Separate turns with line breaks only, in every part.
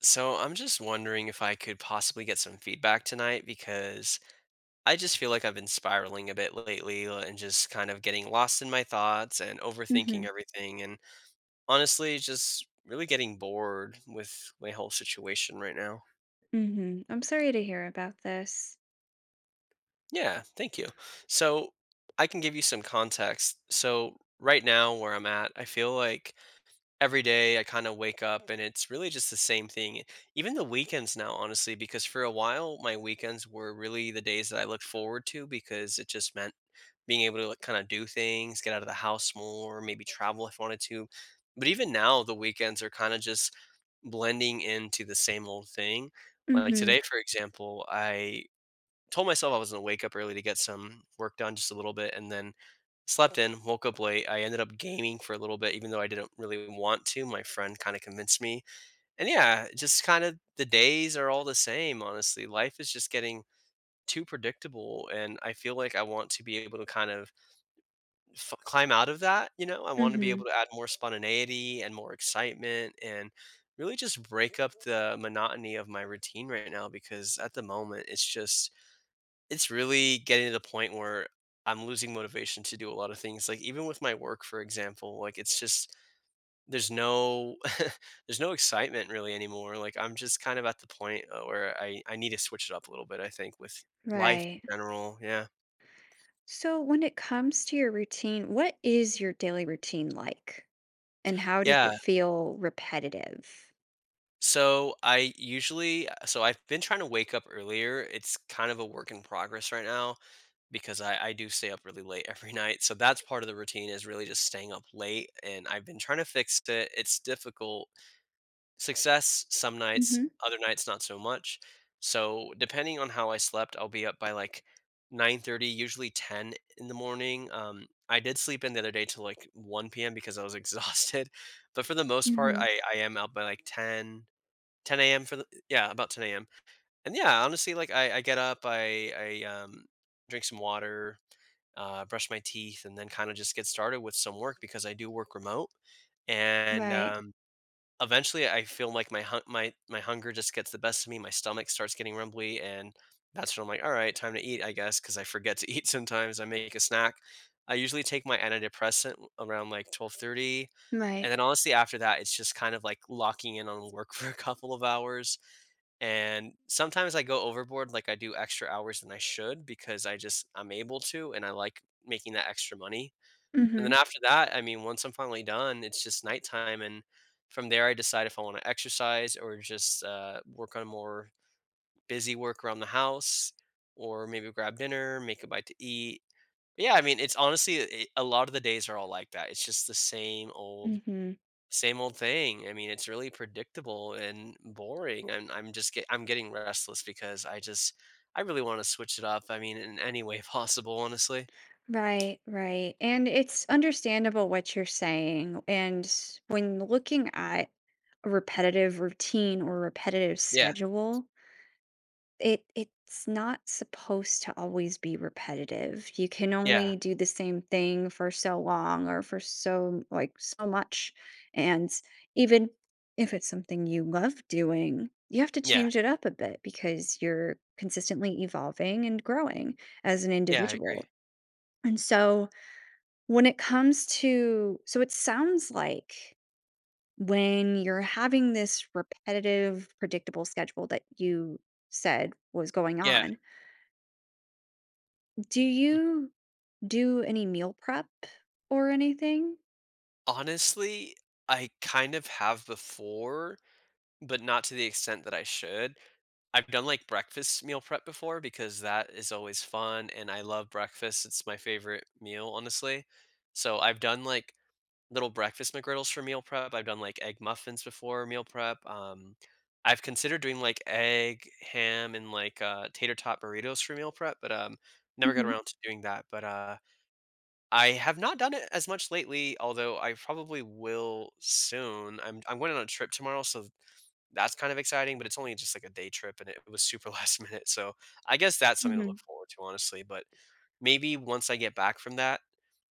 So I'm just wondering if I could possibly get some feedback tonight because I just feel like I've been spiraling a bit lately, and just kind of getting lost in my thoughts and overthinking
Mhm.
everything, and honestly just really getting bored with my whole situation right now.
Mhm. I'm sorry to hear about this.
Yeah, thank you. So I can give you some context. So right now where I'm at, I feel like every day I kind of wake up and it's really just the same thing. Even the weekends now, honestly, because for a while my weekends were really the days that I looked forward to because it just meant being able to, like, kind of do things, get out of the house more, maybe travel if I wanted to. But even now, the weekends are kind of just blending into the same old thing. Like
Mhm.
today, for example, I told myself I was going to wake up early to get some work done, just a little bit. And then slept in, woke up late. I ended up gaming for a little bit, even though I didn't really want to. My friend kind of convinced me. And yeah, just kind of the days are all the same, honestly. Life is just getting too predictable. And I feel like I want to be able to kind of climb out of that. You know, I want to be able
Mhm.
to add more spontaneity and more excitement, and really just break up the monotony of my routine right now, because at the moment it's just it's really getting to the point where I'm losing motivation to do a lot of things. Like even with my work, for example, like it's just there's no there's no excitement really anymore. Like I'm just kind of at the point, where I need to switch it up a little bit, I think, with life in
Right.
general. Yeah,
So when it comes to your routine, what is your daily routine like? And how does
yeah.
it feel repetitive?
So I usually so I've been trying to wake up earlier. It's kind of a work in progress right now because I do stay up really late every night. So that's part of the routine, is really just staying up late. And I've been trying to fix it. It's difficult. Success some nights,
Mhm.
other nights not so much. So depending on how I slept, I'll be up by like 9:30, usually 10 in the morning. I did sleep in the other day till like 1 p.m. because I was exhausted, but for the most part,
Mhm.
I am up by like 10 10 a.m. for the yeah about 10 a.m. And yeah, honestly, like I get up, I I drink some water, brush my teeth, and then kind of just get started with some work because I do work remote. And
Right.
Eventually, I feel like my hunger just gets the best of me, my stomach starts getting rumbly, and that's when I'm like, "All right, time to eat," I guess, because I forget to eat sometimes. I make a snack. I usually take my antidepressant around, like, 12:30, and
Right.
then honestly, after that, it's just kind of, like, locking in on work for a couple of hours, and sometimes I go overboard, like, I do extra hours than I should because I just I'm able to, and I like making that extra money. And then
Mhm.
after that, I mean, once I'm finally done, it's just nighttime, and from there, I decide if I wanna exercise or just, work on more busy work around the house, or maybe grab dinner, make a bite to eat. Yeah, I mean, it's honestly, it a lot of the days are all like that. It's just the
Mhm.
same old thing. I mean, it's really predictable and boring, and I'm getting restless because I just I really wanna switch it up, I mean, in any way possible, honestly.
Right, right. And it's understandable what you're saying. And when looking at a repetitive routine or repetitive
Yeah.
schedule, it's not supposed to always be repetitive. You can
Yeah.
only do the same thing for so long or for so like so much. And even if it's something you love doing, you have to
Yeah.
change it up a bit because you're consistently evolving and growing as an
Yeah, I agree.
individual. And so when it comes to so it sounds like when you're having this repetitive predictable schedule that you said was going
Yeah.
on. Do
Mhm.
you do any meal prep or anything?
Honestly, I kind of have before, but not to the extent that I should. I've done, like, breakfast meal prep before because that is always fun, and I love breakfast, it's my favorite meal, honestly. So, I've done, like, little breakfast McGriddles for meal prep, I've done, like, egg muffins before meal prep, I've considered doing, like, egg, ham, and, like, tater tot burritos for meal prep, but, never got
Hmm.
around to doing that, but. I have not done it as much lately, although I probably will soon. I'm going on a trip tomorrow, so that's kind of exciting, but it's only just like a day trip and it was super last minute. So I guess that's something to
Hmm.
look forward to, honestly. But maybe once I get back from that,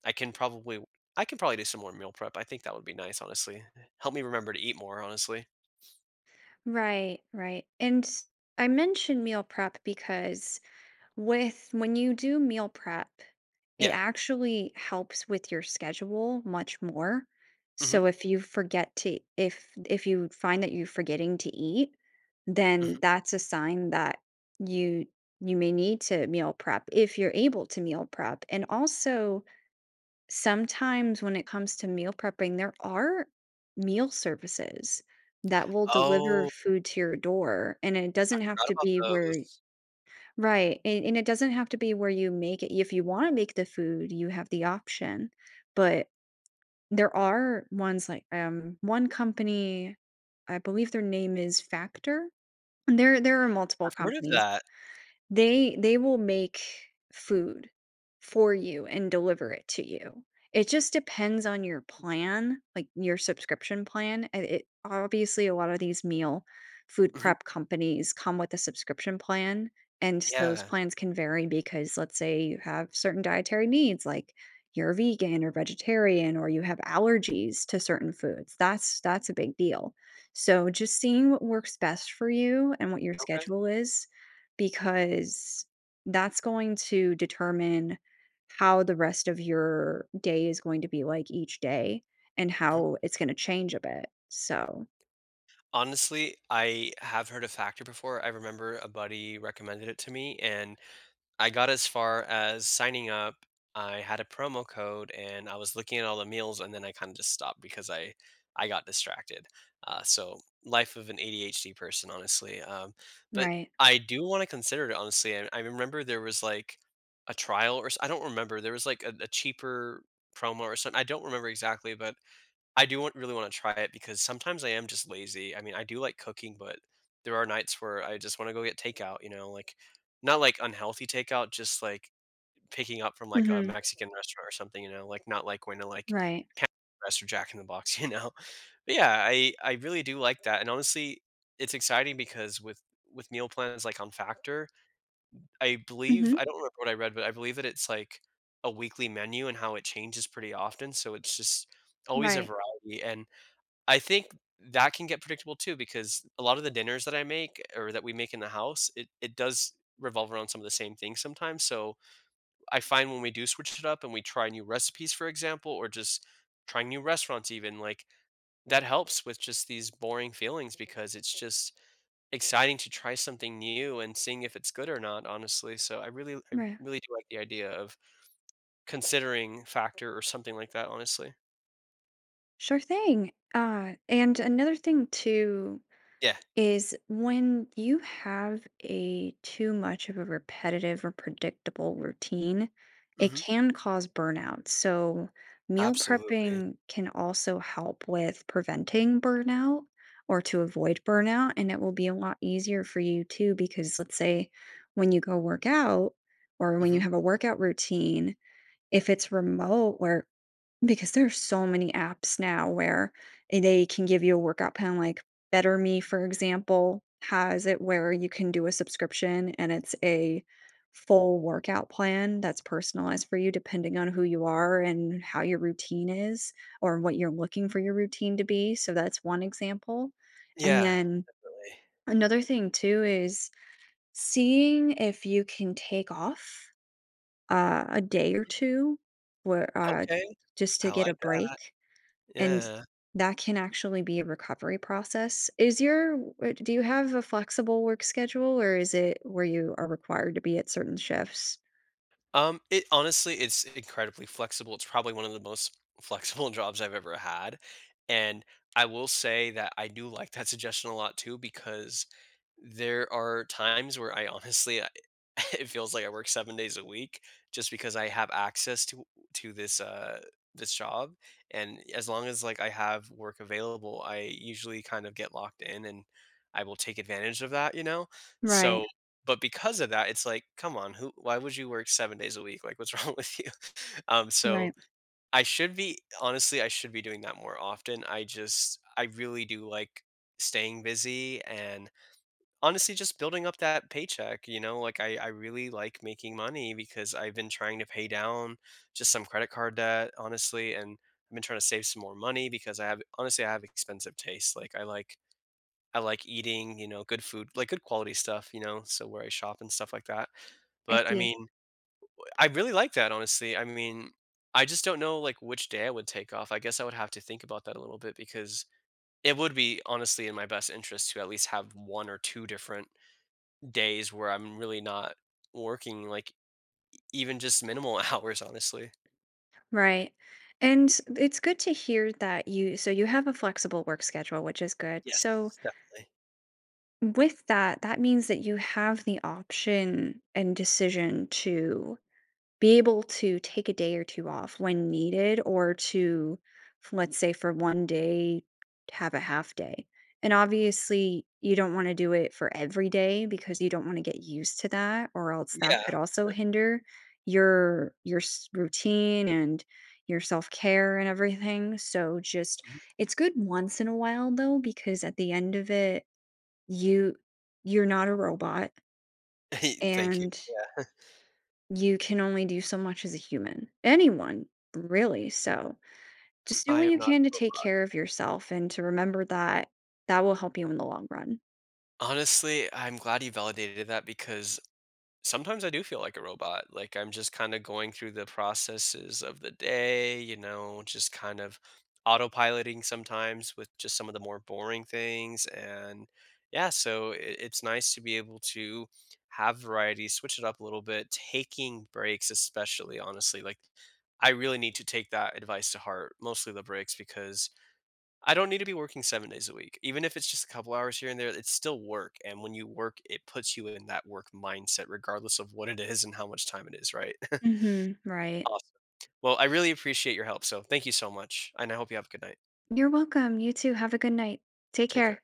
I can probably I can probably do some more meal prep. I think that would be nice, honestly. Help me remember to eat more, honestly.
Right, right. I mention meal prep because with when you do meal prep, it
Yeah.
actually helps with your schedule much more.
Hmm.
So if you forget to if you find that you're forgetting to eat, then
Hmm.
that's a sign that you you may need to meal prep if you're able to meal prep. And also sometimes when it comes to meal prepping, there are meal services that will deliver
Oh,
food to your door, and it
I
doesn't have
forgot
to
about
be where.
those.
Right, and it doesn't have to be where you make it. If you wanna make the food, you have the option, but there are ones like, one company, I believe their name is Factor, and there are multiple
I've heard of
companies.
that.
They will make food for you and deliver it to you. It just depends on your plan, like your subscription plan. And it obviously a lot of these meal food
Hmm.
prep companies come with a subscription plan, and those
Yeah.
plans can vary because let's say you have certain dietary needs like you're vegan or vegetarian or you have allergies to certain foods. That's a big deal. So just seeing what works best for you and what your
Okay.
schedule is because that's going to determine how the rest of your day is going to be like each day and
Mm-hmm.
how it's going to change a bit. So,
Honestly, I have heard of Factor before. I remember a buddy recommended it to me, and I got as far as signing up. I had a promo code, and I was looking at all the meals, and then I kind of just stopped because I got distracted. So life of an ADHD person, honestly. But
right.
I do want to consider it, honestly. I remember there was like a trial, or I don't remember. There was like a cheaper promo or something. I don't remember exactly, but I do want really wanna try it because sometimes I am just lazy. I mean, I do like cooking, but there are nights where I just wanna go get takeout, you know, like not like unhealthy takeout, just like picking up from like a
Mhm.
Mexican restaurant or something, you know, like not like going to like
Right.
Rest or Jack in the Box, you know? But yeah, I really do like that, and honestly, it's exciting because with meal plans like on Factor, I believe
Mhm.
I don't remember what I read, but I believe that it's like a weekly menu and how it changes pretty often, so it's just always a
Right.
variety, and I think that can get predictable too because a lot of the dinners that I make or that we make in the house, it does revolve around some of the same things sometimes. So I find when we do switch it up and we try new recipes, for example, or just trying new restaurants even, like that helps with just these boring feelings because it's just exciting to try something new and seeing if it's good or not, honestly. So I
Right.
really do like the idea of considering factor or something like that, honestly.
Sure thing. And another thing too
Yeah.
is when you have a too much of a repetitive or predictable routine, it
Hmm.
can cause burnout. So, meal
Absolutely.
prepping can also help with preventing burnout or to avoid burnout. And it will be a lot easier for you too, because let's say when you go work out or when you
Mhm.
have a workout routine, if it's remote where because there are so many apps now where they can give you a workout plan, like Better Me, for example, has it where you can do a subscription and it's a full workout plan that's personalized for you depending on who you are and how your routine is or what you're looking for your routine to be. So that's one example. And
Yeah,
then
definitely.
another thing too is seeing if you can take off a day or
Mhm.
two where
Okay,
just to
I
get a
like that.
break, and
Yeah.
that can actually be a recovery process. Is your do you have a flexible work schedule or is it where you are required to be at certain shifts?
It honestly, it's incredibly flexible. It's probably one of the most flexible jobs I've ever had. And I will say that I do like that suggestion a lot too, because there are times where it feels like I work 7 days a week just because I have access to this this job. And as long as like I have work available, I usually kind of get locked in and I will take advantage of that, you know?
Right,
So but because of that, it's like, come on, who? Why would you work 7 days a week? Like, what's wrong with you? So
right.
I should be doing that more often. I really do like staying busy, and honestly just building up that paycheck. You know, like I really like making money because I've been trying to pay down just some credit card debt, honestly, and I've been trying to save some more money because I have expensive tastes. Like I like eating, you know, good food, like good quality stuff, you know, so where I shop and stuff like that.
I
But, I
see.
mean, I really like that, honestly. I mean, I just don't know, like, which day I would take off. I guess I would have to think about that a little bit because it would be honestly in my best interest to at least have 1 or 2 different days where I'm really not working, like, even just minimal hours, honestly.
Right. And it's good to hear that you so you have a flexible work schedule, which is good. So
Yes, definitely.
with that, that means that you have the option and decision to be able to take a day or two off when needed or to let's say for one day have a half day, and obviously you don't want to do it for every day because you don't want to get used to that or else that could
Yeah.
also hinder your routine and your self-care and everything, so just it's good once in a while though because at the end of it you you're not a robot
Thank you.
and
Yeah.
you can only do so much as a human. Anyone, really, so, just do
I
what
am
you
not
can to
oh,
take care of yourself and to remember that that will help you in the long run.
Honestly, I'm glad you validated that because sometimes I do feel like a robot. Like I'm just kind of going through the processes of the day, you know, just kind of autopiloting sometimes with just some of the more boring things. And yeah, so it's nice to be able to have variety, switch it up a little bit, taking breaks, especially honestly. Like I really need to take that advice to heart, mostly the breaks, because I don't need to be working 7 days a week. Even if it's just a couple hours here and there, it's still work, and when you work, it puts you in that work mindset regardless of what it is and how much time it is, right?
Mhm, right.
Awesome. Well, I really appreciate your help, so thank you so much, and I hope you have a good night.
You're welcome, you too, have a good night. Take
Take care.
care.